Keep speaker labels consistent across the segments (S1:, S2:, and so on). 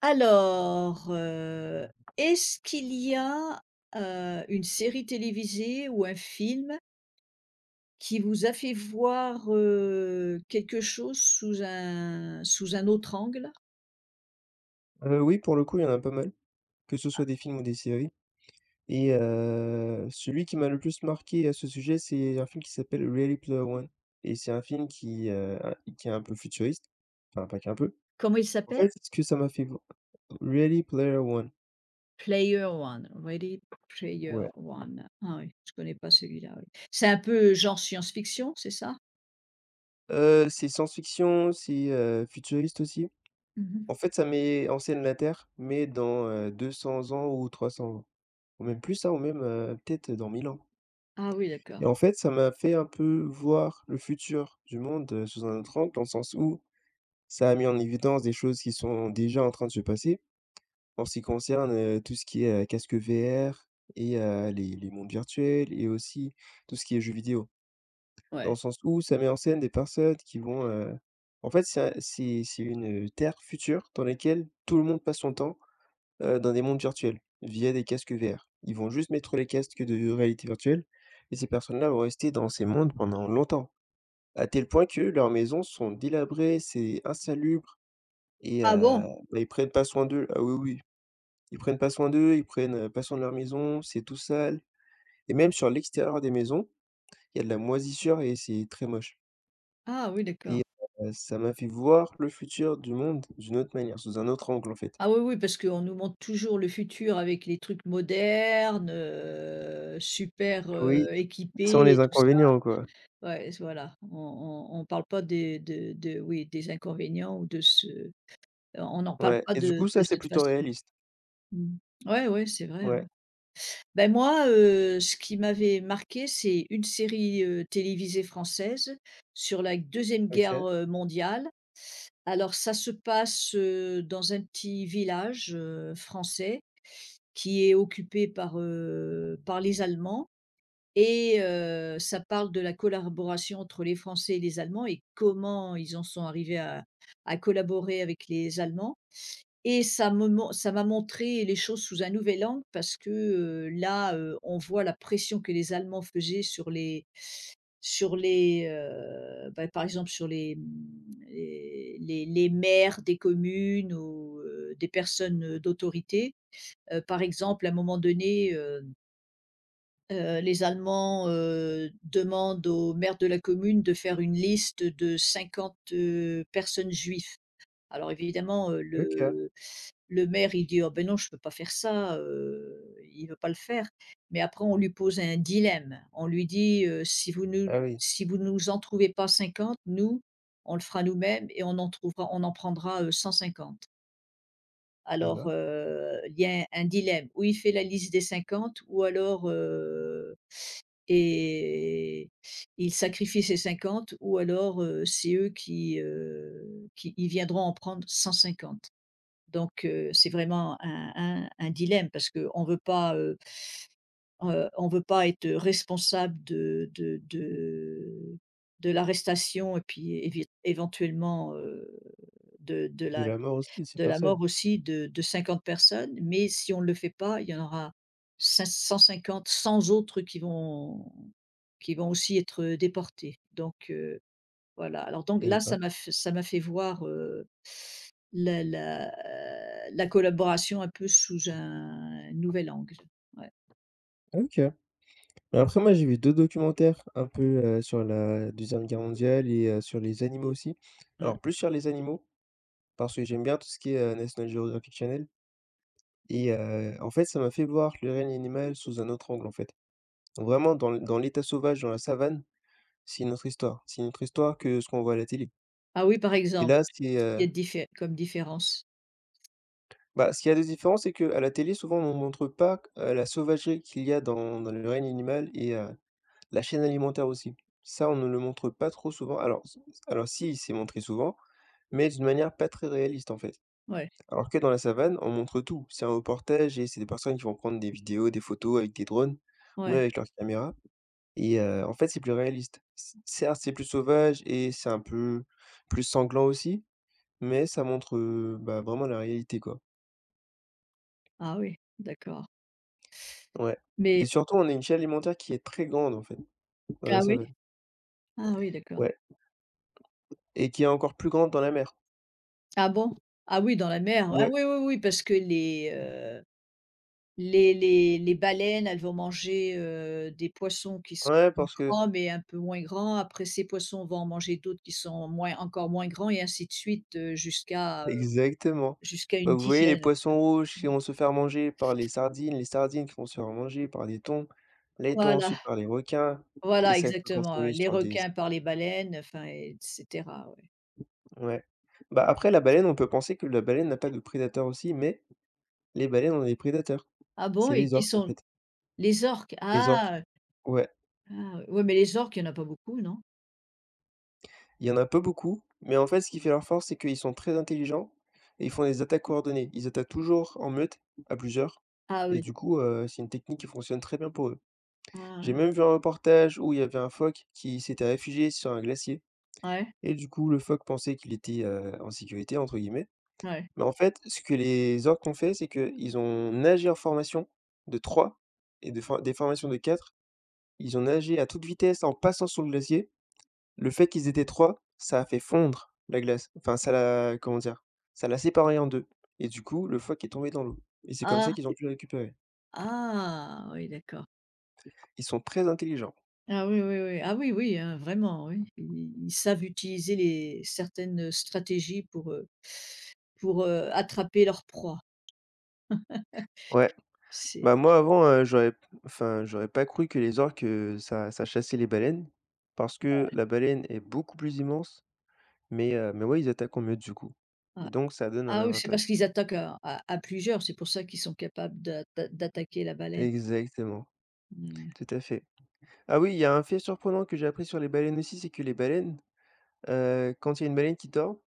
S1: Alors, est-ce qu'il y a, une série télévisée ou un film qui vous a fait voir, quelque chose sous un autre angle?
S2: Oui, pour le coup, il y en a pas mal, que ce soit des films ou des séries et celui qui m'a le plus marqué à ce sujet, c'est un film qui s'appelle Ready Player One et c'est un film qui est un peu futuriste, enfin, pas qu'un peu.
S1: Comment il
S2: En
S1: s'appelle?
S2: fait, ce que ça m'a fait vo Ready Player One,
S1: Player One, Ready Player
S2: ouais.
S1: One. Ah oui, je connais pas celui-là, oui. C'est un peu genre science-fiction, c'est ça?
S2: C'est science-fiction, c'est, futuriste aussi.
S1: Mmh.
S2: En fait, ça met en scène la Terre, mais dans, 200 ans ou 300 ans, ou même plus, hein, ou même, peut-être dans 1000 ans.
S1: Ah oui,
S2: Et
S1: d'accord,
S2: en fait, ça m'a fait un peu voir le futur du monde, sous un autre angle, dans le sens où ça a mis en évidence des choses qui sont déjà en train de se passer en ce qui concerne, tout ce qui est, casque VR et les mondes virtuels et aussi tout ce qui est jeux vidéo. Dans
S1: ouais.
S2: le sens où ça met en scène des personnes en fait, ça c'est une, terre future dans laquelle tout le monde passe son temps dans des mondes virtuels, via des casques VR. Ils vont juste mettre les casques de réalité virtuelle et ces personnes-là vont rester dans ces mondes pendant longtemps. À tel point que leurs maisons sont délabrées, c'est insalubre et
S1: Ah bon?
S2: bah, ils prennent pas soin d'eux. Ah oui, oui, ils prennent pas soin d'eux, ils prennent, pas soin de leur maison, c'est tout sale et même sur l'extérieur des maisons, il y a de la moisissure et c'est très moche
S1: Ah oui,
S2: et
S1: d'accord.
S2: ça m'a fait voir le futur du monde d'une autre manière, sous un autre angle, en fait.
S1: Ah oui, oui, parce qu'on nous montre toujours le futur avec les trucs modernes, super,
S2: Oui, sans
S1: équipés et
S2: les
S1: tout ça.
S2: inconvénients, quoi.
S1: Ouais, voilà, on parle pas des, de oui, des inconvénients ou de ce, on n'en parle
S2: Ouais
S1: pas
S2: et du
S1: de
S2: coup, ça,
S1: de
S2: c'est
S1: cette
S2: plutôt
S1: façon.
S2: réaliste.
S1: Mmh. Ouais, ouais, c'est vrai, ouais.
S2: Ouais,
S1: Ben, moi, ce qui m'avait marqué, c'est une série, télévisée française sur la deuxième guerre,
S2: OK,
S1: mondiale. Alors ça se passe, dans un petit village, français qui est occupée par, les Allemands, et ça parle de la collaboration entre les Français et les Allemands, et comment ils en sont arrivés à collaborer avec les Allemands. Et ça m'a montré les choses sous un nouvel angle parce que, là, on voit la pression que les Allemands faisaient sur les, bah, par exemple, sur les, mmh, les maires des communes ou, des personnes d'autorité. Par exemple, à un moment donné, les Allemands, demandent au maire de la commune de faire une liste de 50, personnes juives. Alors évidemment,
S2: OK.
S1: le maire, il dit: «Oh ben non, je ne peux pas faire ça», il ne veut pas le faire. Mais après on lui pose un dilemme. On lui dit, «Si vous nous
S2: Ah oui,
S1: si vous nous en trouvez pas 50, nous, on le fera nous-mêmes et on en prendra, 150».
S2: eh
S1: Alors,
S2: bah,
S1: il y a un dilemme, ou il fait la liste des 50, ou alors, et il sacrifie ses 50, ou alors, c'est eux qui ils viendront en prendre 150. Donc, c'est vraiment un dilemme, parce qu'on ne veut pas, on veut pas être responsable de l'arrestation et puis évi éventuellement, de de
S2: de
S1: la
S2: la mort aussi de ces
S1: de la
S2: personnes,
S1: mort aussi de 50 personnes, mais si on ne le fait pas, il y en aura 150 100 autres qui vont aussi être déportés. Donc voilà. Alors donc
S2: eh
S1: là,
S2: bah,
S1: ça m'a fait voir, la la la collaboration un peu sous un nouvel angle. Ouais,
S2: OK. Bah, après moi j'ai vu 2 documentaires un peu, sur la deuxième guerre mondiale et sur les animaux aussi.
S1: ouais.
S2: Alors plus sur les animaux, parce que j'aime bien tout ce qui est, National Geographic Channel et en fait ça m'a fait voir le règne animal sous un autre angle en fait. Vraiment dans l'état sauvage, dans la savane, c'est une autre histoire. C'est une autre histoire que ce qu'on voit à la télé
S1: Ah oui, par
S2: et
S1: exemple, qu'est-ce qu'il y a de diffé comme différence?
S2: Bah, ce qu'il y a de différent, c'est qu'à la télé, souvent, on ne montre pas, la sauvagerie qu'il y a dans le règne animal et la chaîne alimentaire aussi. Ça, on ne le montre pas trop souvent. Alors si, c'est montré souvent, mais d'une manière pas très réaliste, en fait.
S1: Ouais,
S2: Alors que dans la savane, on montre tout. C'est un reportage et c'est des personnes qui vont prendre des vidéos, des photos avec des drones ou même
S1: ouais.
S2: avec leur caméra et en fait, c'est plus réaliste. C Certes, c'est plus sauvage et c'est un peu plus sanglant aussi, mais ça montre, bah, vraiment la réalité, quoi.
S1: Ah oui, d'accord.
S2: Ouais et
S1: Mais
S2: surtout, on a une chaîne alimentaire qui est très grande, en fait, dans la
S1: ah oui?
S2: savane.
S1: Ah oui, d'accord.
S2: Ouais et qui est encore plus grande dans la mer.
S1: Ah bon? Ah oui, dans la mer. Ah
S2: Ouais,
S1: oui, oui, oui, parce que les baleines, elles vont manger, des poissons qui sont
S2: ouais, parce que
S1: grands, mais un peu moins grands. Après, ces poissons vont en manger d'autres qui sont moins, encore moins grands, et ainsi de suite,
S2: exactement.
S1: jusqu'à
S2: Bah,
S1: une
S2: vous voyez les
S1: dizaine.
S2: poissons rouges
S1: Mmh.
S2: qui vont se faire manger par les sardines qui vont se faire manger par les thons
S1: Voilà,
S2: ensuite par les requins et
S1: voilà,
S2: ça peut
S1: exactement,
S2: continuer
S1: les
S2: sur des
S1: requins par les baleines, enfin, et cetera, ouais.
S2: ouais. Bah, après la baleine, on peut penser que la baleine n'a pas de prédateurs aussi, mais les baleines ont des prédateurs.
S1: Ah bon,
S2: C'est
S1: et
S2: les
S1: qui
S2: orques, en
S1: sont
S2: fait,
S1: les orques?
S2: les orques.
S1: Ah!
S2: Ouais.
S1: Ah, ouais, mais les orques, il y en a pas beaucoup, non?
S2: Il y en a pas beaucoup, mais en fait, ce qui fait leur force, c'est qu'ils sont très intelligents et ils font des attaques coordonnées. Ils attaquent toujours en meute, à plusieurs,
S1: Ah
S2: et
S1: oui.
S2: du coup, c'est une technique qui fonctionne très bien pour eux.
S1: Ah
S2: J'ai
S1: ouais.
S2: même vu un reportage où il y avait un phoque qui s'était réfugié sur un glacier
S1: Ouais,
S2: et du coup, le phoque pensait qu'il était, «en sécurité» entre guillemets,
S1: ouais.
S2: mais en fait, ce que les orques ont fait, c'est qu'ils ont nagé en formation de 3 et de for des formations de 4. Ils ont nagé à toute vitesse en passant sous le glacier le fait qu'ils étaient 3, ça a fait fondre la glace. Enfin, ça l'a comment dire? Ça l'a séparée en 2. Et du coup, le phoque est tombé dans l'eau et c'est comme ça
S1: Ah!
S2: qu'ils ont pu le récupérer.
S1: Ah! Oui, d'accord.
S2: Ils sont très intelligents.
S1: Ah oui, oui, oui. Ah oui, oui, hein, vraiment, oui. Ils savent utiliser les certaines stratégies pour, attraper leur proie.
S2: Ouais,
S1: C'est
S2: bah, moi avant, j'aurais enfin, j'aurais pas cru que les orques, ça chassait les baleines parce que la baleine est beaucoup plus immense mais ouais, ils attaquent en meute du coup
S1: Ouais.
S2: et donc ça donne un
S1: Ah oui, c'est parce
S2: avantage.
S1: qu'ils attaquent à plusieurs, c'est pour ça qu'ils sont capables d'attaquer la baleine.
S2: Exactement,
S1: Mmh.
S2: tout à fait. Ah oui, il y a un fait surprenant que j'ai appris sur les baleines aussi, c'est que les baleines, quand il y a une baleine qui dort,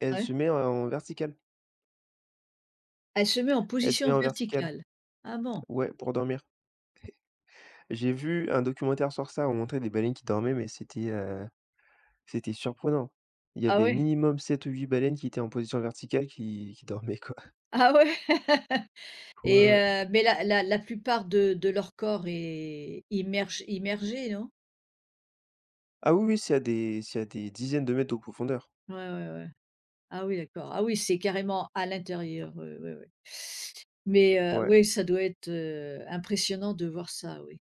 S2: elle
S1: Ouais?
S2: se met en verticale.
S1: Elle se met en
S2: Elle se met
S1: position
S2: en verticale,
S1: verticale. Ah bon?
S2: ouais, pour dormir. J'ai vu un documentaire sur ça, on montrait des baleines qui dormaient, mais c'était surprenant. Il y
S1: Ah
S2: avait
S1: oui.
S2: minimum 7, ou 8 baleines qui étaient en position verticale qui dormaient, quoi.
S1: Ah ouais?
S2: Ouais,
S1: Et
S2: ouais.
S1: mais la plupart de leur corps est immergé, non?
S2: Ah oui, oui, c'est à des dizaines de mètres de profondeur.
S1: Ouais, ouais, ouais. Ah oui, d'accord. Ah oui, c'est carrément à l'intérieur. Oui, oui, oui. Mais
S2: Ouais.
S1: oui, ça doit être, impressionnant de voir ça, oui.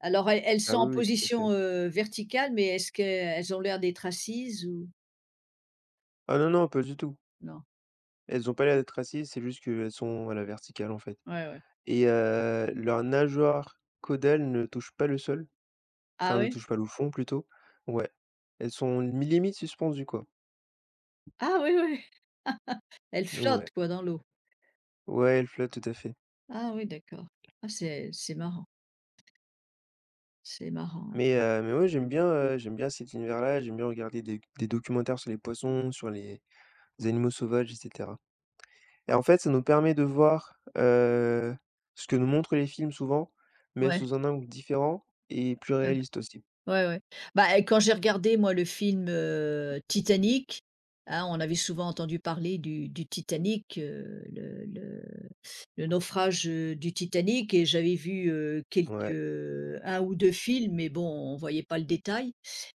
S1: Alors elles
S2: Ah
S1: sont en
S2: oui, oui, tout à fait.
S1: position, verticale, mais est-ce qu'elles ont l'air d'être assises ou
S2: Ah non, non, pas du tout.
S1: non?
S2: Elles ont pas l'air d'être assises, c'est juste qu'elles sont à la verticale, en fait.
S1: Ouais, ouais.
S2: Et leurs nageoires caudales ne touchent pas le sol,
S1: Ah
S2: enfin ne
S1: oui?
S2: touchent pas le fond plutôt. Ouais. Elles sont mi limite suspendues quoi.
S1: Ah oui, oui. Elles
S2: Ouais.
S1: flottent, quoi, dans l'eau.
S2: Ouais, elles flottent tout à fait.
S1: Ah oui, d'accord. Ah, c'est marrant, c'est marrant.
S2: Mais ouais, j'aime bien cet univers-là, j'aime bien regarder des documentaires sur les poissons, sur les animaux sauvages et cetera. Et en fait, ça nous permet de voir, ce que nous montrent les films souvent, mais
S1: Ouais.
S2: sous un angle différent et plus réaliste aussi.
S1: Ouais, ouais. Bah, et quand j'ai regardé moi le film, Titanic, hein, on avait souvent entendu parler du Titanic, le naufrage, du Titanic, et j'avais vu, quelques,
S2: Ouais.
S1: un ou 2 films, mais bon, on voyait pas le détail.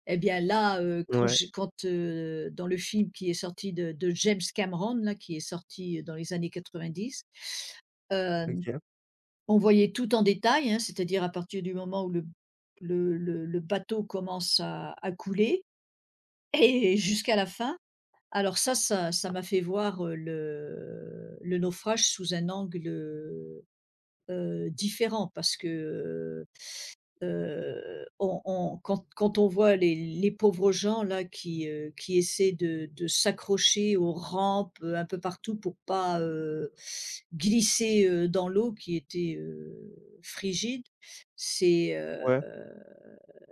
S1: Et bien là,
S2: Ouais.
S1: dans le film qui est sorti de James Cameron là, qui est sorti dans les années 90, hem
S2: OK.
S1: on voyait tout en détail, hein, c'est-à-dire à partir du moment où le bateau commence à couler et jusqu'à la fin. Alors ça m'a fait voir, le naufrage sous un angle, différent parce que, on quand on voit les pauvres gens là qui, essaient de s'accrocher aux rampes, un peu partout pour pas, glisser, dans l'eau qui était, frigide, c'est, heu,
S2: Ouais.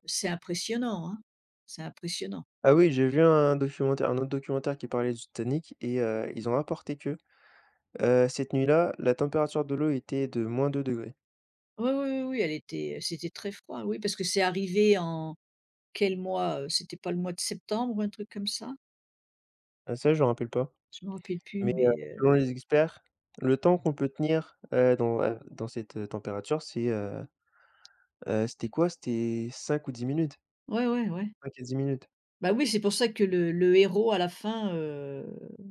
S1: c'est impressionnant, hein. C'est impressionnant.
S2: Ah oui, j'ai vu un autre documentaire qui parlait du Titanic et ils ont rapporté que, cette nuit-là, la température de l'eau était de -2°.
S1: Oui, oui, oui, oui, elle était c'était très froid, oui, parce que c'est arrivé en quel mois? C'était pas le mois de septembre ou un truc comme ça?
S2: Ah ça, je me rappelle pas.
S1: Je me rappelle plus,
S2: Mais heu,
S1: mais,
S2: Selon les experts, le temps qu'on peut tenir, dans cette, température, c'est, c'était quoi? C'était 5 ou 10 minutes,
S1: ouais, ouais, ouais.
S2: 5 à 10 minutes.
S1: Bah oui, c'est pour ça que le héros à la fin,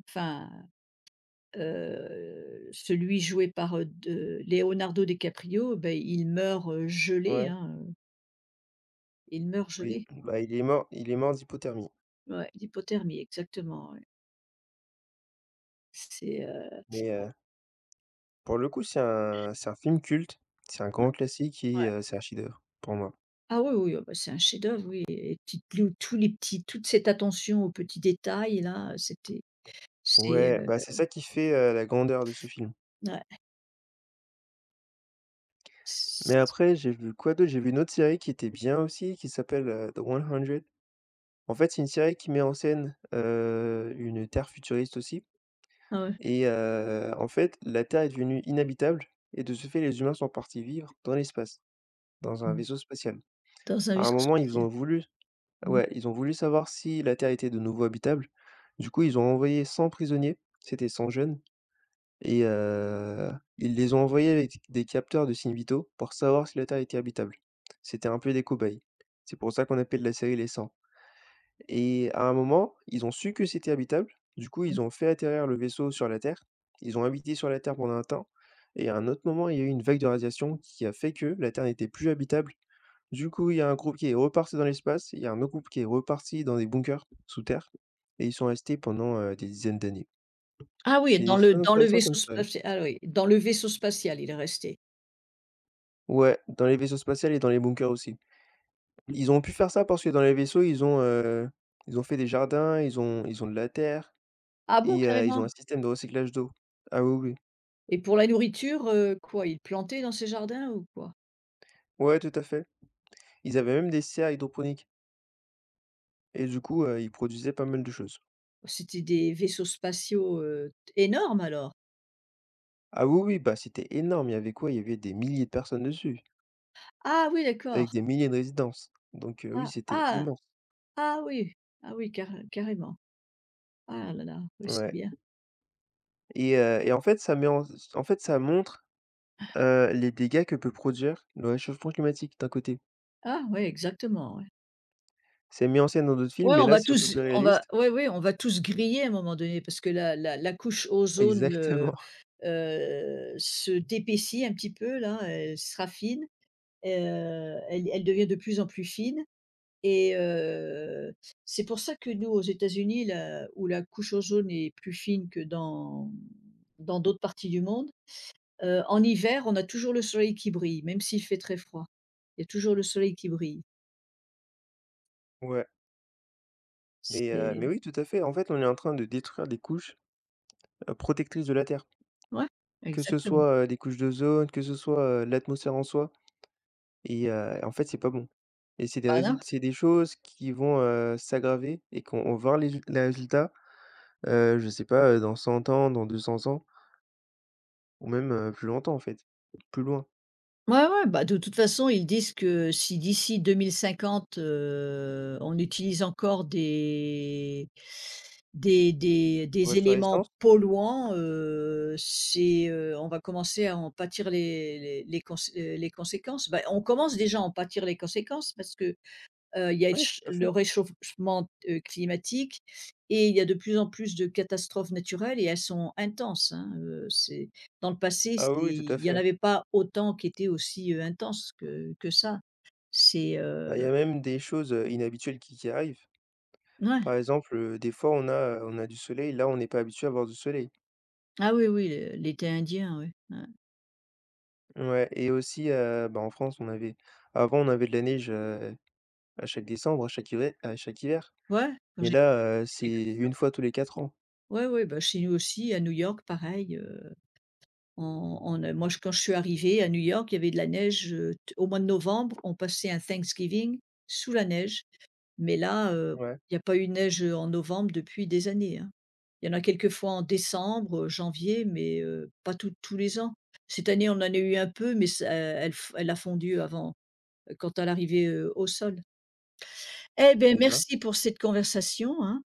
S1: enfin, celui joué par, de Leonardo DiCaprio, ben il meurt, gelé,
S2: Ouais,
S1: hein, il meurt
S2: oui,
S1: gelé.
S2: bah, il est mort d'hypothermie,
S1: Ouais, d'hypothermie, exactement, ouais. C'est, heu,
S2: mais heu Pour le coup, c'est un film culte, c'est un grand classique et
S1: ouais.
S2: c'est un chef-d'œuvre pour moi.
S1: Ah oui, oui, ah bah, c'est un chef-d'œuvre, oui, et puis tous les petits toute cette attention aux petits détails là, c'est,
S2: Ouais, bah, c'est ça qui fait, la grandeur de ce film.
S1: ouais,
S2: Mais
S1: c
S2: après, j'ai vu quoi d'autre? J'ai vu une autre série qui était bien aussi, qui s'appelle, The 100. En fait, c'est une série qui met en scène, une Terre futuriste aussi
S1: ah ouais,
S2: et en fait, la Terre est devenue inhabitable et de ce fait, les humains sont partis vivre dans l'espace, dans un vaisseau spatial.
S1: dans un
S2: À un
S1: vaisseau
S2: moment, ils
S1: spatial.
S2: ont voulu
S1: Mmh.
S2: ouais, ils ont voulu savoir si la Terre était de nouveau habitable. Du coup, ils ont envoyé 100 prisonniers, c'était 100 jeunes, et ils les ont envoyés avec des capteurs de signes vitaux pour savoir si la Terre était habitable. C'était un peu des cobayes. C'est pour ça qu'on appelle la série les 100. Et à un moment, ils ont su que c'était habitable. Du coup, ils ont fait atterrir le vaisseau sur la Terre. Ils ont habité sur la Terre pendant un temps. Et à un autre moment, il y a eu une vague de radiation qui a fait que la Terre n'était plus habitable. Du coup, il y a un groupe qui est reparti dans l'espace, il y a un autre groupe qui est reparti dans des bunkers sous terre, et ils sont restés pendant des dizaines d'années.
S1: Ah oui,
S2: C'est
S1: dans le
S2: très
S1: dans le
S2: intéressant comme
S1: vaisseau
S2: ça.
S1: spatial, ah oui, dans le vaisseau spatial, il est resté.
S2: Ouais, dans les vaisseaux spatials et dans les bunkers aussi. Ils ont pu faire ça parce que dans les vaisseaux, ils ont fait des jardins, ils ont de la terre.
S1: Ah bon,
S2: Et ils
S1: carrément?
S2: ont un système de recyclage d'eau. Ah oui, oui.
S1: Et pour la nourriture, quoi, il plantait dans ses jardins, ou quoi?
S2: Ouais, tout à fait. Ils avaient même des serres hydroponiques et du coup, ils produisaient pas mal de choses.
S1: C'était des vaisseaux spatiaux, énormes alors?
S2: Ah oui, oui, bah, c'était énorme. Il y avait quoi? Il y avait des milliers de personnes dessus,
S1: Ah oui,
S2: avec
S1: d'accord.
S2: des milliers de résidences. Donc oui,
S1: Ah,
S2: c'était
S1: ah!
S2: immense.
S1: Ah oui! Ah oui, carrément. Ah là là, oui, c'est
S2: Ouais
S1: bien.
S2: et en fait, ça met en en fait, ça montre, les dégâts que peut produire le réchauffement climatique, d'un côté.
S1: Ah oui, exactement, ouais.
S2: C'est mis en scène dans d'autres films,
S1: Ouais,
S2: mais
S1: on
S2: là,
S1: va
S2: c'est un peu
S1: tous
S2: plus
S1: on va
S2: réaliste.
S1: ouais, ouais, on va tous griller à un moment donné parce que la couche ozone,
S2: Exactement.
S1: se d'épaissit un petit peu là, elle se raffine. Elle devient de plus en plus fine, et c'est pour ça que nous, aux États-Unis, la où la couche ozone est plus fine que dans d'autres parties du monde, en hiver, on a toujours le soleil qui brille, même s'il fait très froid. Il y a toujours le soleil qui brille.
S2: Ouais, mais
S1: C'est
S2: oui, tout à fait. En fait, on est en train de détruire les couches, protectrices de la Terre.
S1: Ouais,
S2: Que ce
S1: exactement.
S2: soit, des couches d'ozone, que ce soit, l'atmosphère en soi et en fait, c'est pas bon et c'est des résul
S1: Bah,
S2: c'est des choses qui vont, s'aggraver et qu'on on va voir les résultats. Je sais pas, dans 100 ans, dans 200 ans ou même, plus longtemps en fait, plus loin.
S1: ouais, ouais, bah, de toute façon, ils disent que si d'ici 2050, on utilise encore des
S2: Voiture à
S1: éléments
S2: essence?
S1: polluants, c'est, on va commencer à en pâtir les conséquences. Bah, on commence déjà à en pâtir les conséquences, parce que il y a
S2: Ouais, tout à fait.
S1: le réchauffement, climatique, et il y a de plus en plus de catastrophes naturelles, et elles sont intenses, hein, c'est dans le passé, c'est
S2: Ah oui, oui, tout à
S1: il y en
S2: fait.
S1: avait pas autant qui étaient aussi, intenses que ça. C'est,
S2: Bah,
S1: heu
S2: il y a même des choses, inhabituelles qui arrivent.
S1: ouais.
S2: Par exemple, des fois on a du soleil, là on n'est pas habitué à avoir du soleil.
S1: Ah oui, oui, le l'été indien, ouais, ouais.
S2: Ouais et aussi, bah, en France on avait avant on avait de la neige, à chaque décembre, à chaque hiver.
S1: Ouais, quand
S2: Mais
S1: j'étais
S2: là,
S1: c'était
S2: c'est
S1: comme ça.
S2: une fois tous les 4 ans.
S1: Ouais, ouais, bah, chez nous aussi, à New York, pareil, on a moi, j quand je suis arrivée à New York, il y avait de la neige, t au mois de novembre, on passait un Thanksgiving sous la neige. Mais là,
S2: Ouais
S1: il n'y a pas eu de neige en novembre depuis des années, hein. Il y en a quelques fois en décembre, janvier, mais pas tous les ans. Cette année, on en a eu un peu, mais ça elle f elle a fondu avant, quand elle arrivait, au sol. Eh bien,
S2: et bah,
S1: merci pour cette conversation, hein.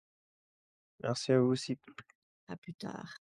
S2: merci à vous aussi.
S1: À plus tard.